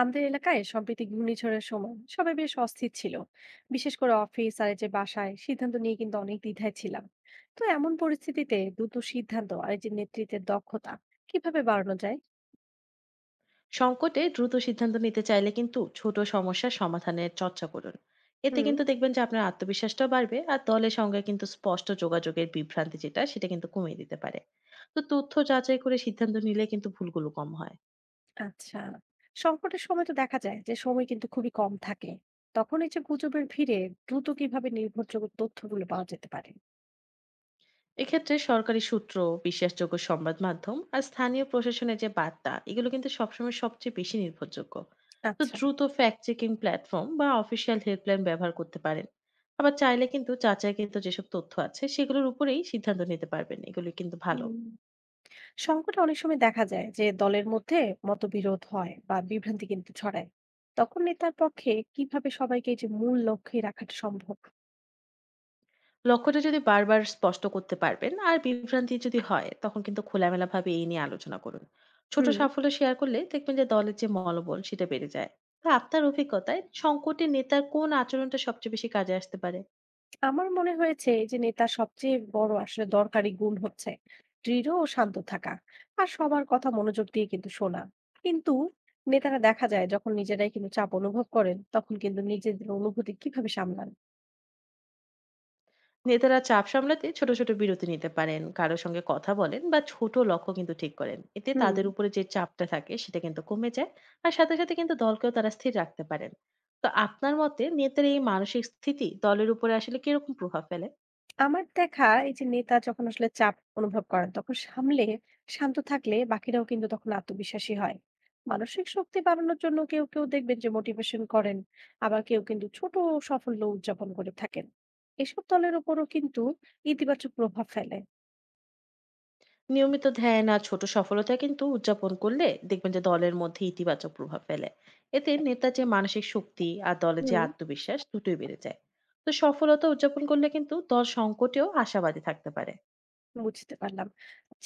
আমাদের এলাকায় সম্প্রতি ঘূর্ণিঝড়ের সময় সবাই বেশ অস্থির ছিল, বিশেষ করে অফিস আর এই যে বাসায় সিদ্ধান্ত নিয়ে কিন্তু অনেক দ্বিধায় ছিলাম। তো এমন পরিস্থিতিতে দ্রুত সিদ্ধান্ত আর এই যে নেতৃত্বের দক্ষতা কিভাবে বাড়ানো যায়? সংকটে দ্রুত সিদ্ধান্ত নিতে চাইলে কিন্তু ছোট সমস্যার সমাধানের চর্চা করুন। এতে হুম। কিন্তু দেখবেন যে আপনার আত্মবিশ্বাসটাও বাড়বে আর দলের সঙ্গে কিন্তু স্পষ্ট যোগাযোগের বিভ্রান্তি যেটা সেটা কিন্তু কমিয়ে দিতে পারে। তো তথ্য যাচাই করে সিদ্ধান্ত নিলে কিন্তু ভুলগুলো কম হয়। আচ্ছা। সংকটের সময় তো দেখা যায় যে সময় কিন্তু খুবই কম থাকে। তখন এই যে গুজবের ভিড়ে দ্রুত কিভাবে নির্ভরযোগ্য তথ্যগুলো পাওয়া যেতে পারে? এক্ষেত্রে সরকারি সূত্র, বিশ্বাসযোগ্য সংবাদ মাধ্যম আর স্থানীয় প্রশাসনের যে বার্তা এগুলো কিন্তু সবসময় সবচেয়ে বেশি নির্ভরযোগ্য। তো আচ্ছা। দ্রুত ফ্যাক্ট চেকিং প্ল্যাটফর্ম বা অফিসিয়াল হেল্পলাইন ব্যবহার করতে পারেন। আবার চাইলে কিন্তু চাচাই কিন্তু যেসব তথ্য আছে সেগুলোর উপরেই সিদ্ধান্ত নিতে পারবেন, এগুলো কিন্তু ভালো। হুম। সংকটে অনেক সময় দেখা যায় যে দলের মধ্যে মতবিরোধ হয় বা বিভ্রান্তি কিন্তু ছড়ায়। তখন নেতার পক্ষে কিভাবে সবাইকে এই যে মূল লক্ষ্যে রাখাটা সম্ভব? লক্ষ্যটা যদি বারবার স্পষ্ট করতে পারবেন আর বিভ্রান্তি যদি হয় তখন কিন্তু খোলামেলাভাবে এই নিয়ে আলোচনা করুন। ছোট হুম। সাফল্য শেয়ার করলে দেখবেন যে দলের যে মনোবল সেটা বেড়ে যায়। তো আপনার অভিজ্ঞতায় সংকটে নেতার কোন আচরণটা সবচেয়ে বেশি কাজে আসতে পারে? আমার মনে হয়েছে এই যে নেতার সবচেয়ে বড় আসলে দরকারি গুণ হচ্ছে দৃঢ় ও শান্ত থাকা আর সবার কথা মনোযোগ দিয়ে কিন্তু শোনা। কিন্তু নেতারা দেখা যায় যখন নিজেরাই কিন্তু চাপ অনুভব করেন, তখন কিন্তু নিজেদের অনুভূতি কিভাবে সামলান? নেতারা চাপ সামলাতে ছোট ছোট বিরতি নিতে পারেন, কারোর সঙ্গে কথা বলেন বা ছোট লক্ষ্য কিন্তু ঠিক করেন, এতে হুম। তাদের উপরে যে চাপটা থাকে সেটা কিন্তু কমে যায়। আর সাথে সাথে কিন্তু দলকেও তারা স্থির রাখতে পারেন। তো আপনার মতে নেতার এই মানসিক স্থিতি দলের উপরে আসলে কিরকম প্রভাব ফেলে? আমার দেখা এই যে নেতা যখন আসলে চাপ অনুভব করেন, তখন সামলে শান্ত থাকলে বাকিরাও কিন্তু তখন আত্মবিশ্বাসী হয়। মানসিক শক্তি বাড়ানোর জন্য কেউ কেউ দেখবেন যে মোটিভেশন করেন, আবার কেউ কিন্তু ছোট সাফল্য উদযাপন করে থাকেন। এসব দলের উপরও কিন্তু ইতিবাচক প্রভাব ফেলে। নিয়মিত ধ্যান আর ছোট সফলতা কিন্তু উদযাপন করলে দেখবেন যে দলের মধ্যে ইতিবাচক প্রভাব ফেলে। এতে নেতার যে মানসিক শক্তি আর দলের যে হুম। আত্মবিশ্বাস দুটোই বেড়ে যায়। তো সফলতা উদযাপন করলে কিন্তু দল সংকটেও আশাবাদী থাকতে পারে। বুঝতে পারলাম।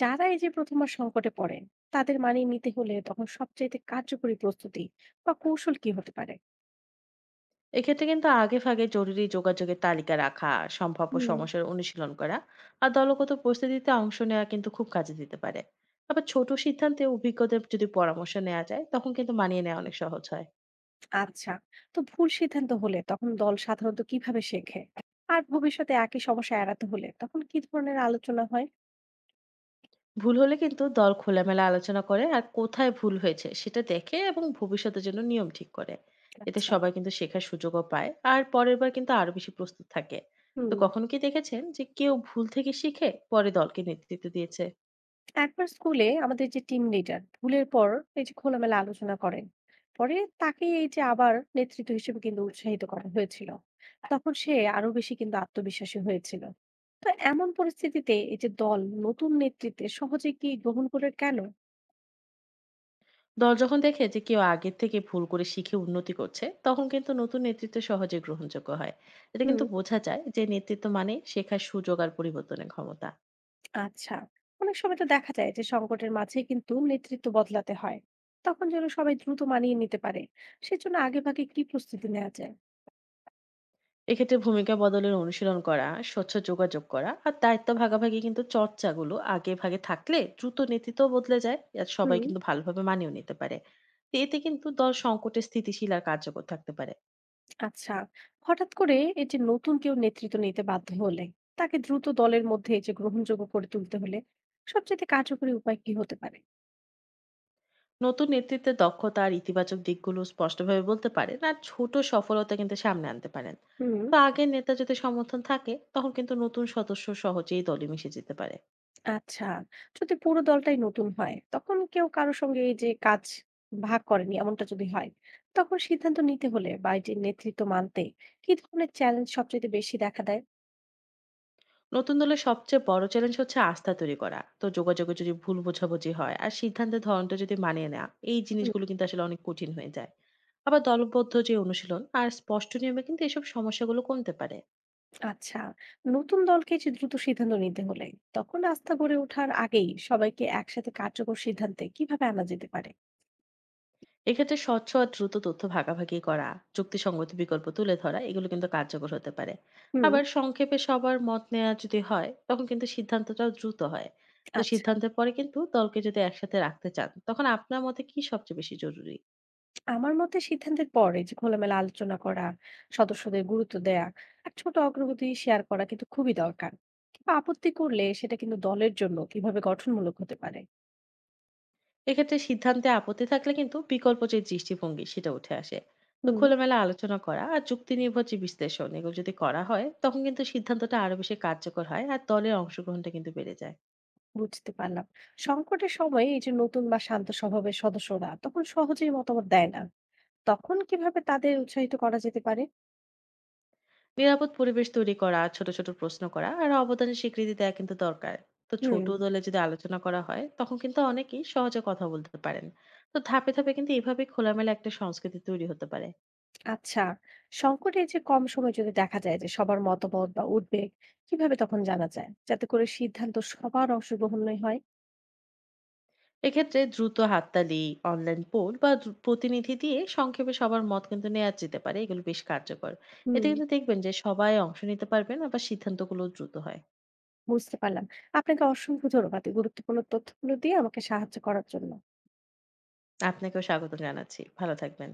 যারা এই যে প্রথমবার সংকটে পড়ে, তাদের মানিয়ে নিতে হলে তখন সবচেয়ে কার্যকরী প্রস্তুতি বা কৌশল কি হতে পারে? এক্ষেত্রে কিন্তু আগে ভাগে জরুরি যোগাযোগের তালিকা রাখা, সম্ভাব্য হুম। সমস্যার অনুশীলন করা আর দলগত পরিস্থিতিতে অংশ নেওয়া কিন্তু খুব কাজে দিতে পারে। আবার ছোট সিদ্ধান্তে অভিজ্ঞদের যদি পরামর্শ নেওয়া যায় তখন কিন্তু মানিয়ে নেওয়া অনেক সহজ হয়। আচ্ছা। তো ভুল সিদ্ধান্ত হলে তখন দল সাধারণত কিভাবে শেখে আর ভবিষ্যতে একই সমস্যা এড়াতে হলে তখন কি ধরনের আলোচনা হয়? ভুল হলে কিন্তু দল খোলামেলা আলোচনা করে আর কোথায় ভুল হয়েছে সেটা দেখে এবং ভবিষ্যতের জন্য নিয়ম ঠিক করে। এতে আচ্ছা। সবাই কিন্তু শেখার সুযোগও পায় আর পরের বার কিন্তু আরো বেশি প্রস্তুত থাকে। তো হুম। কখনো কি দেখেছেন যে কেউ ভুল থেকে শিখে পরে দলকে নেতৃত্ব দিয়েছে? একবার স্কুলে আমাদের যে টিম লিডার ভুলের পর এই যে খোলামেলা আলোচনা করেন, পরে তাকে এই যে আবার নেতৃত্ব হিসেবে কিন্তু উৎসাহিত করা হয়েছিল। তখন সে আরো বেশি কিন্তু আত্মবিশ্বাসী হয়েছিল। তো এমন পরিস্থিতিতে এই যে দল নতুন নেতৃত্বে সহজে কি গ্রহণ করে? কেন? দল যখন দেখে যে কেউ আগের থেকে ভুল করে শিখে উন্নতি করছে তখন কিন্তু নতুন নেতৃত্ব সহজে গ্রহণযোগ্য হয়। এতে হুম। কিন্তু বোঝা যায় যে নেতৃত্ব মানে শেখার সুযোগ আর পরিবর্তনের ক্ষমতা। আচ্ছা। অনেক সময় তো দেখা যায় যে সংকটের মাঝে কিন্তু নেতৃত্ব বদলাতে হয়। তখন যেন সবাই দ্রুত মানিয়ে নিতে পারে, সেজন্য আগে ভাগে কি প্রস্তুতি নেওয়া যায়? এক্ষেত্রে ভূমিকা বদলের অনুশীলন করা, স্বচ্ছ যোগাযোগ করা আর দায়িত্ব ভাগাভাগি কিন্তু চর্চাগুলো আগে ভাগে থাকলে দ্রুত নেতৃত্ব বদলে যায় আর সবাই হুম। কিন্তু ভালোভাবে মানিয়ে নিতে পারে। তো এতে কিন্তু দল সংকটে স্থিতিশীল আর কার্যকর থাকতে পারে। আচ্ছা। হঠাৎ করে এই যে নতুন কেউ নেতৃত্ব নিতে বাধ্য হলে, তাকে দ্রুত দলের মধ্যে এই যে গ্রহণযোগ্য করে তুলতে হলে সবচেয়ে কার্যকরী উপায় কি হতে পারে? নতুন নেতৃত্বের দক্ষতা আর ইতিবাচক দিকগুলো স্পষ্টভাবে বলতে পারে আর ছোট সফলতা কিন্তু সামনে আনতে পারেন। হুম। তো আগের নেতা যদি সমর্থন থাকে তখন কিন্তু নতুন সদস্য সহজেই দলে মিশে যেতে পারে। আচ্ছা। যদি পুরো দলটাই নতুন হয়, তখন কেউ কারো সঙ্গে এই যে কাজ ভাগ করেনি এমনটা যদি হয়, তখন সিদ্ধান্ত নিতে হলে বা এই যে নেতৃত্ব মানতে কি ধরনের চ্যালেঞ্জ সবচাইতে বেশি দেখা দেয়? নতুন দলের সবচেয়ে বড় চ্যালেঞ্জ হচ্ছে আস্থা তৈরি করা। তো যোগাযোগে যদি ভুল বোঝাবুঝি হয় আর সিদ্ধান্তের ধরনটা যদি মানিয়ে নেওয়া, এই হুম, জিনিসগুলো কিন্তু আসলে অনেক কঠিন হয়ে যায়। আবার দলবদ্ধ যে অনুশীলন আর স্পষ্ট নিয়মে কিন্তু এসব সমস্যাগুলো কমতে পারে। আচ্ছা। নতুন দলকে যে দ্রুত সিদ্ধান্ত নিতে হলে তখন আস্থা গড়ে ওঠার আগেই সবাইকে একসাথে কার্যকর সিদ্ধান্তে কিভাবে আনা যেতে পারে? এক্ষেত্রে স্বচ্ছ আর দ্রুত তথ্য ভাগাভাগি করা, যুক্তিসঙ্গত বিকল্প তুলে ধরা এগুলো কিন্তু কার্যকর হতে পারে। হুম, আবার সংক্ষেপে সবার মত নেওয়া যদি হয় তখন কিন্তু সিদ্ধান্তটাও দ্রুত হয়। তো আচ্ছা। সিদ্ধান্তের পরে কিন্তু দলকে যদি একসাথে রাখতে চান তখন আপনার মতে কি সবচেয়ে বেশি জরুরি? আমার মতে সিদ্ধান্তের পর এই যে খোলামেলা আলোচনা করা, সদস্যদের গুরুত্ব দেয়া আর ছোট অগ্রগতি শেয়ার করা কিন্তু খুবই দরকার। কিংবা আপত্তি করলে সেটা কিন্তু দলের জন্য কিভাবে গঠনমূলক হতে পারে? এক্ষেত্রে সিদ্ধান্তে আপত্তি থাকলে কিন্তু বিকল্প যে দৃষ্টিভঙ্গি সেটা উঠে আসে। তো হুম। খোলামেলা আলোচনা করা আর যুক্তি নির্ভর যে বিশ্লেষণ এগুলো যদি করা হয় তখন কিন্তু সিদ্ধান্তটা আরো বেশি কার্যকর হয় আর দলের অংশগ্রহণটা কিন্তু বেড়ে যায়। বুঝতে পারলাম। সংকটের সময় এই যে নতুন বা শান্ত স্বভাবের সদস্যরা তখন সহজেই মতামত দেয় না। তখন কিভাবে তাদের উৎসাহিত করা যেতে পারে? নিরাপদ পরিবেশ তৈরি করা, ছোট ছোট প্রশ্ন করা আর অবদানের স্বীকৃতি দেওয়া কিন্তু দরকার। তো ছোট হুম। দলে যদি আলোচনা করা হয় তখন কিন্তু অনেকেই সহজে কথা বলতে পারেন। তো ধাপে ধাপে কিন্তু এভাবে খোলামেলা একটা সংস্কৃতি তৈরি হতে পারে। আচ্ছা। সংকটে এই যে কম সময় যদি দেখা যায়, যে সবার মতামত বা উদ্বেগ কিভাবে তখন জানা যায় যাতে করে সিদ্ধান্ত সবার অংশগ্রহণই হয়? এক্ষেত্রে দ্রুত হাততালি, অনলাইন পোল বা প্রতিনিধি দিয়ে সংক্ষেপে সবার মত কিন্তু নেওয়া যেতে পারে, এগুলো বেশ কার্যকর। এতে হুম। কিন্তু দেখবেন যে সবাই অংশ নিতে পারবেন আবার সিদ্ধান্তগুলো দ্রুত হয়। বুঝতে পারলাম। আপনাকে অসংখ্য ধন্যবাদ এই গুরুত্বপূর্ণ তথ্যগুলো দিয়ে আমাকে সাহায্য করার জন্য। আপনাকেও স্বাগত জানাচ্ছি, ভালো থাকবেন।